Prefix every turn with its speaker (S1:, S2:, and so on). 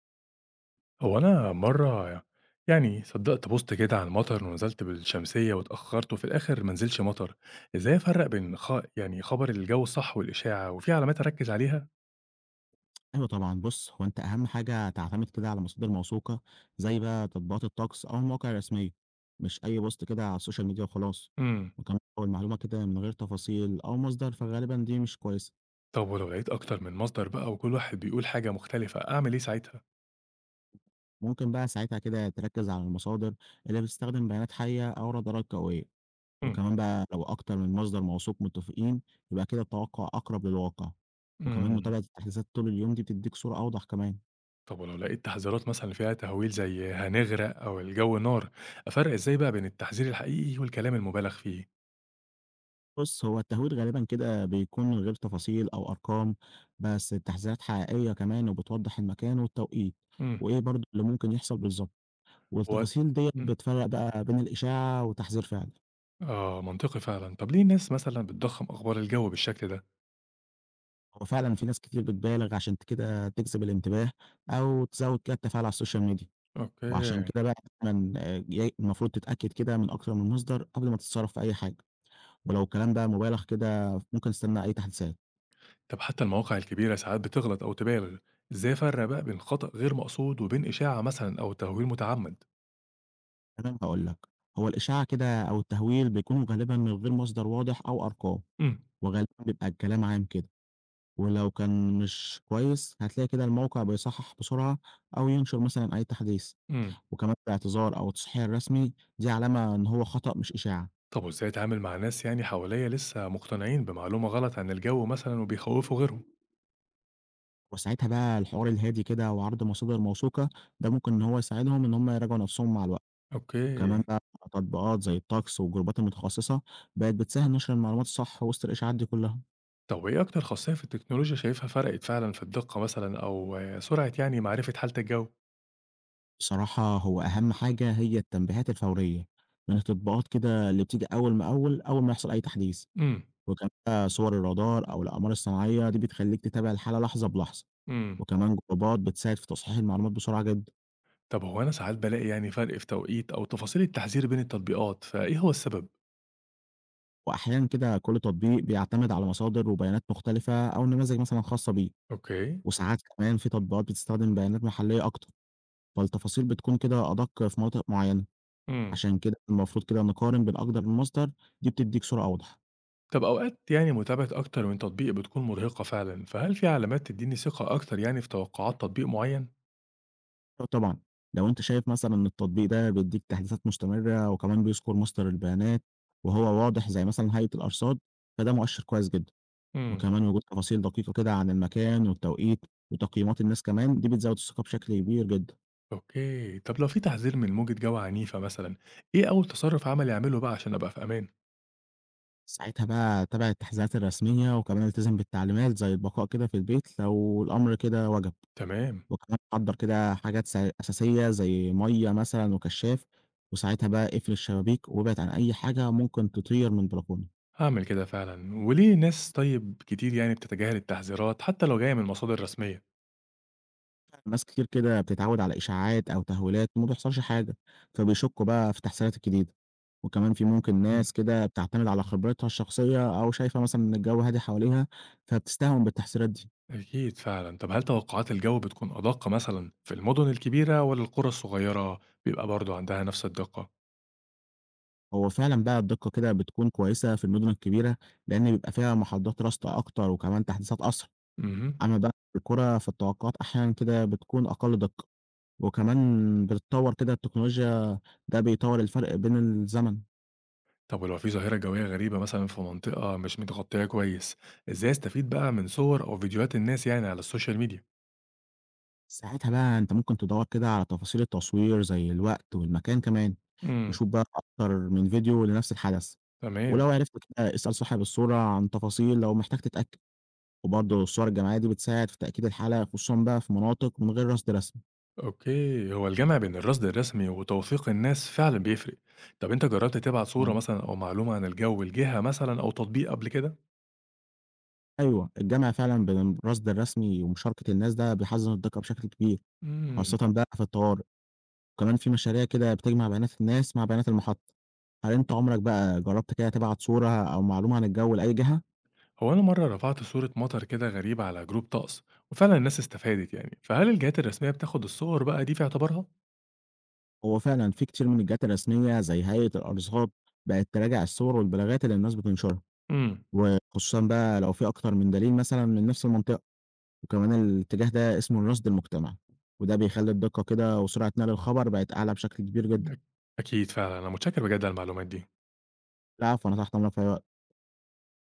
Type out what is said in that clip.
S1: هو أنا مرة يعني صدّقت post كده عن المطر ونزلت بالشمسية واتأخرت وفي الآخر ما نزلش مطر، إزاي أفرّق بين يعني خبر الجو الصح والإشاعة وفي علامات أركّز عليها؟
S2: أيوه طبعًا، بُص هو أنت أهم حاجة تعتمد كده على مصادر موثوقة زي بقى تطبيقات الطقس أو المواقع الرسمية، مش أي بوست كده على السوشيال ميديا وخلاص،
S1: إمم.
S2: وكمان لو المعلومة كده من غير تفاصيل أو مصدر فغالبًا دي مش كويسة،
S1: طب ولو لقيت أكتر من مصدر بقى وكل واحد بيقول حاجة مختلفة أعمل إيه ساعتها؟
S2: ممكن بقى ساعتها كده تركز على المصادر اللي بتستخدم بيانات حية أو رادارات جوية،
S1: إمم.
S2: وكمان بقى لو أكتر من مصدر موثوق متفقين يبقى كده التوقع أقرب للواقع، وكمان
S1: إمم.
S2: متابعة التحديثات طول اليوم دي بتديك صورة أوضح كمان.
S1: طب ولو لقيت تحذيرات مثلًا فيها تهويل زي هنغرق أو الجو نار، أفرّق إزاي بقى بين التحذير الحقيقي والكلام المُبالغ فيه؟
S2: بُص، هو التهويل غالبًا كده بيكون من غير تفاصيل أو أرقام، بس التحذيرات حقيقية كمان وبتوضح المكان والتوقيت،
S1: إمم.
S2: وإيه برضه اللي ممكن يحصل بالضبط،
S1: هو
S2: والتفاصيل ديّة
S1: إمم.
S2: بتفرّق بقى بين الإشاعة وتحذير فعلي.
S1: آه منطقي فعلًا. طب ليه الناس مثلًا بتضخّم أخبار الجو بالشكل ده؟
S2: هو فعلًا في ناس كتير بتبالغ عشان كده تجذب الانتباه أو تزوّد كده التفاعل على السوشيال ميديا، وعشان
S1: أوكي.
S2: كده بقى دايمًا المفروض تتأكد كده من أكتر من مصدر قبل ما تتصرف في أي حاجة، ولو الكلام بقى مبالغ كده ممكن تستنى أي تحديثات.
S1: طب حتى المواقع الكبيرة ساعات بتغلط أو تبالغ، إزاي أفرق بقى بين خطأ غير مقصود وبين إشاعة مثلًا أو تهويل متعمد؟
S2: تمام هاقول لك، هو الإشاعة كده أو التهويل بيكون غالبًا من غير مصدر واضح أو أرقام،
S1: إمم،
S2: وغالبًا بيبقى الكلام عام كده، ولو كان مش كويس هتلاقي كده الموقع بيصحح بسرعة أو ينشر مثلًا أي تحديث،
S1: إمم.
S2: وكمان الاعتذار أو التصحيح الرسمي دي علامة إن هو خطأ مش إشاعة،
S1: طب وإزاي أتعامل مع ناس يعني حواليّا لسه مقتنعين بمعلومة غلط عن الجو مثلًا وبيخوّفوا غيرهم؟
S2: وساعتها بقى الحوار الهادي كده وعرض مصادر موثوقة ده ممكن إن هو يساعدهم إن هم يراجعوا نفسهم مع الوقت،
S1: أوكي.
S2: وكمان بقى تطبيقات زي الطقس والجروبات المتخصصة بقت بتسهل نشر المعلومات الصح وسط الإشاعات دي كلها.
S1: طب وإيه أكتر خاصية في التكنولوجيا شايفها فرقت فعلًا في الدقة مثلًا أو سرعة يعني معرفة حالة الجو؟
S2: بصراحة هو أهم حاجة هي التنبيهات الفورية من التطبيقات كده اللي بتيجي أول ما يحصل أي تحديث،
S1: إمم،
S2: وكمان بقى صور الرادار أو الأقمار الصناعية دي بتخليك تتابع الحالة لحظة بلحظة،
S1: إمم.
S2: وكمان جروبات بتساعد في تصحيح المعلومات بسرعة جدا.
S1: طب هو أنا ساعات بالاقي يعني فرق في توقيت أو تفاصيل التحذير بين التطبيقات، فإيه هو السبب؟
S2: وأحيانا كده كل تطبيق بيعتمد على مصادر وبيانات مختلفة أو نماذج مثلا خاصة بيه،
S1: أوكي.
S2: وساعات كمان في تطبيقات بتستخدم بيانات محلية أكتر، فالتفاصيل بتكون كده أدق في مناطق معينة،
S1: إمم.
S2: عشان كده المفروض كده نقارن بين أكتر من مصدر، دي بتديك صورة أوضح.
S1: طب أوقات يعني متابعة أكتر من تطبيق بتكون مرهقة فعلًا، فهل في علامات تدّيني ثقة أكتر يعني في توقعات تطبيق معين؟
S2: آه طبعًا، لو أنت شايف مثلًا إن التطبيق ده بيدّيك تحديثات مستمرة وكمان بيذكر مصدر البيانات وهو واضح زي مثلًا هيئة الأرصاد، فده مؤشر كويس جدًا،
S1: إمم،
S2: وكمان وجود تفاصيل دقيقة كده عن المكان والتوقيت وتقييمات الناس كمان، دي بتزوّد الثقة بشكل كبير جدًا.
S1: أوكي، طب لو في تحذير من موجة جَوّ عنيفة مثلًا، إيه أول تصرُّف عملي أعمله بقى عشان أبقى في أمان؟
S2: ساعتها بقى تابع التحذيرات الرسمية وكمان التزم بالتعليمات زي البقاء كده في البيت لو الأمر كده وجب،
S1: تمام،
S2: وكمان حضّر كده حاجات أساسية زي مَيّة مثلًا وكشّاف، وساعتها بقى اقفل الشبابيك وابعد عن أي حاجة ممكن تطير من البلكونة.
S1: هاعمل كده فعلًا، وليه ناس طيب كتير يعني بتتجاهل التحذيرات حتى لو جاية من مصادر رسمية؟
S2: ناس كتير كده بتتعود على إشاعات أو تهويلات وما بيحصلش حاجة، فبيشكوا بقى في التحذيرات الجديدة، وكمان في ممكن
S1: إمم،
S2: ناس كده بتعتمد على خبرتها الشخصية أو شايفة مثلًا إن الجو هادي حواليها، فبتستهون بالتحذيرات دي.
S1: أكيد فعلًا، طب هل توقعات الجَوّ بتكون أدق مثلًا في المدن الكبيرة والّا القرى الصغيرة بيبقى برضه عندها نفس الدقة؟
S2: هو فعلًا بقى الدقة كده بتكون كويسة في المدن الكبيرة، لأن بيبقى فيها محاضات رصد أكتر وكمان تحديثات أسرع،
S1: اهم.
S2: أما بقى في القرى فالتوقعات أحيانًا كده بتكون أقل دقة، وكمان بتتطور كده التكنولوجيا ده بيطور الفرق بين الزمن.
S1: طب ولو في ظاهرة جوية غريبة مثلا في منطقة مش متغطية كويس، إزاي أستفيد بقى من صور أو فيديوهات الناس يعني على السوشيال ميديا؟
S2: ساعتها بقى أنت ممكن تدوّر كده على تفاصيل التصوير زي الوقت والمكان كمان،
S1: امم
S2: وشوف بقى أكتر من فيديو لنفس الحدث،
S1: تمام،
S2: ولو عرفت كده اسأل صاحب الصورة عن تفاصيل لو محتاج تتأكد، وبرضه الصور الجماعية دي بتساعد في تأكيد الحالة خصوصًا بقى في مناطق من غير رصد رسمي.
S1: أوكي، هو الجمع بين الرصد الرسمي وتوثيق الناس فعلا بيفرق، طب أنت جربت تبعت صورة
S2: يعني
S1: مثلا أو معلومة عن الجو لجهة مثلا أو تطبيق قبل كده؟
S2: أيوه الجمع فعلًا بين الرصد الرسمي ومشاركة الناس ده بيحسّن الدقة بشكل كبير،
S1: امم
S2: خاصةً بقى في الطوارئ، وكمان في مشاريع كده بتجمع بيانات الناس مع بيانات المحطة، هل أنت عمرك بقى جرّبت كده تبعت صورة أو معلومة عن الجو لأي جهة؟
S1: هو أنا مرة رفعت صورة مطر كده غريبة على جروب طقس، وفعلا الناس استفادت يعني، فهل الجهات الرسمية بتاخد الصور بقى دي في اعتبارها؟
S2: هو فعلًا في كتير من الجهات الرسمية زي هيئة الأرصاد بقت تراجع الصور والبلاغات اللي الناس بتنشرها،
S1: امم
S2: وخصوصًا بقى لو في أكتر من دليل مثلًا من نفس المنطقة، وكمان الاتجاه ده اسمه الرصد المجتمعي، وده بيخلي الدقة كده وسرعة نقل الخبر بقت أعلى بشكل كبير جدًا.
S1: أكيد فعلا، أنا متشكر بجد على المعلومات دي.
S2: العفو، أنا تحت أمرك في أي وقت.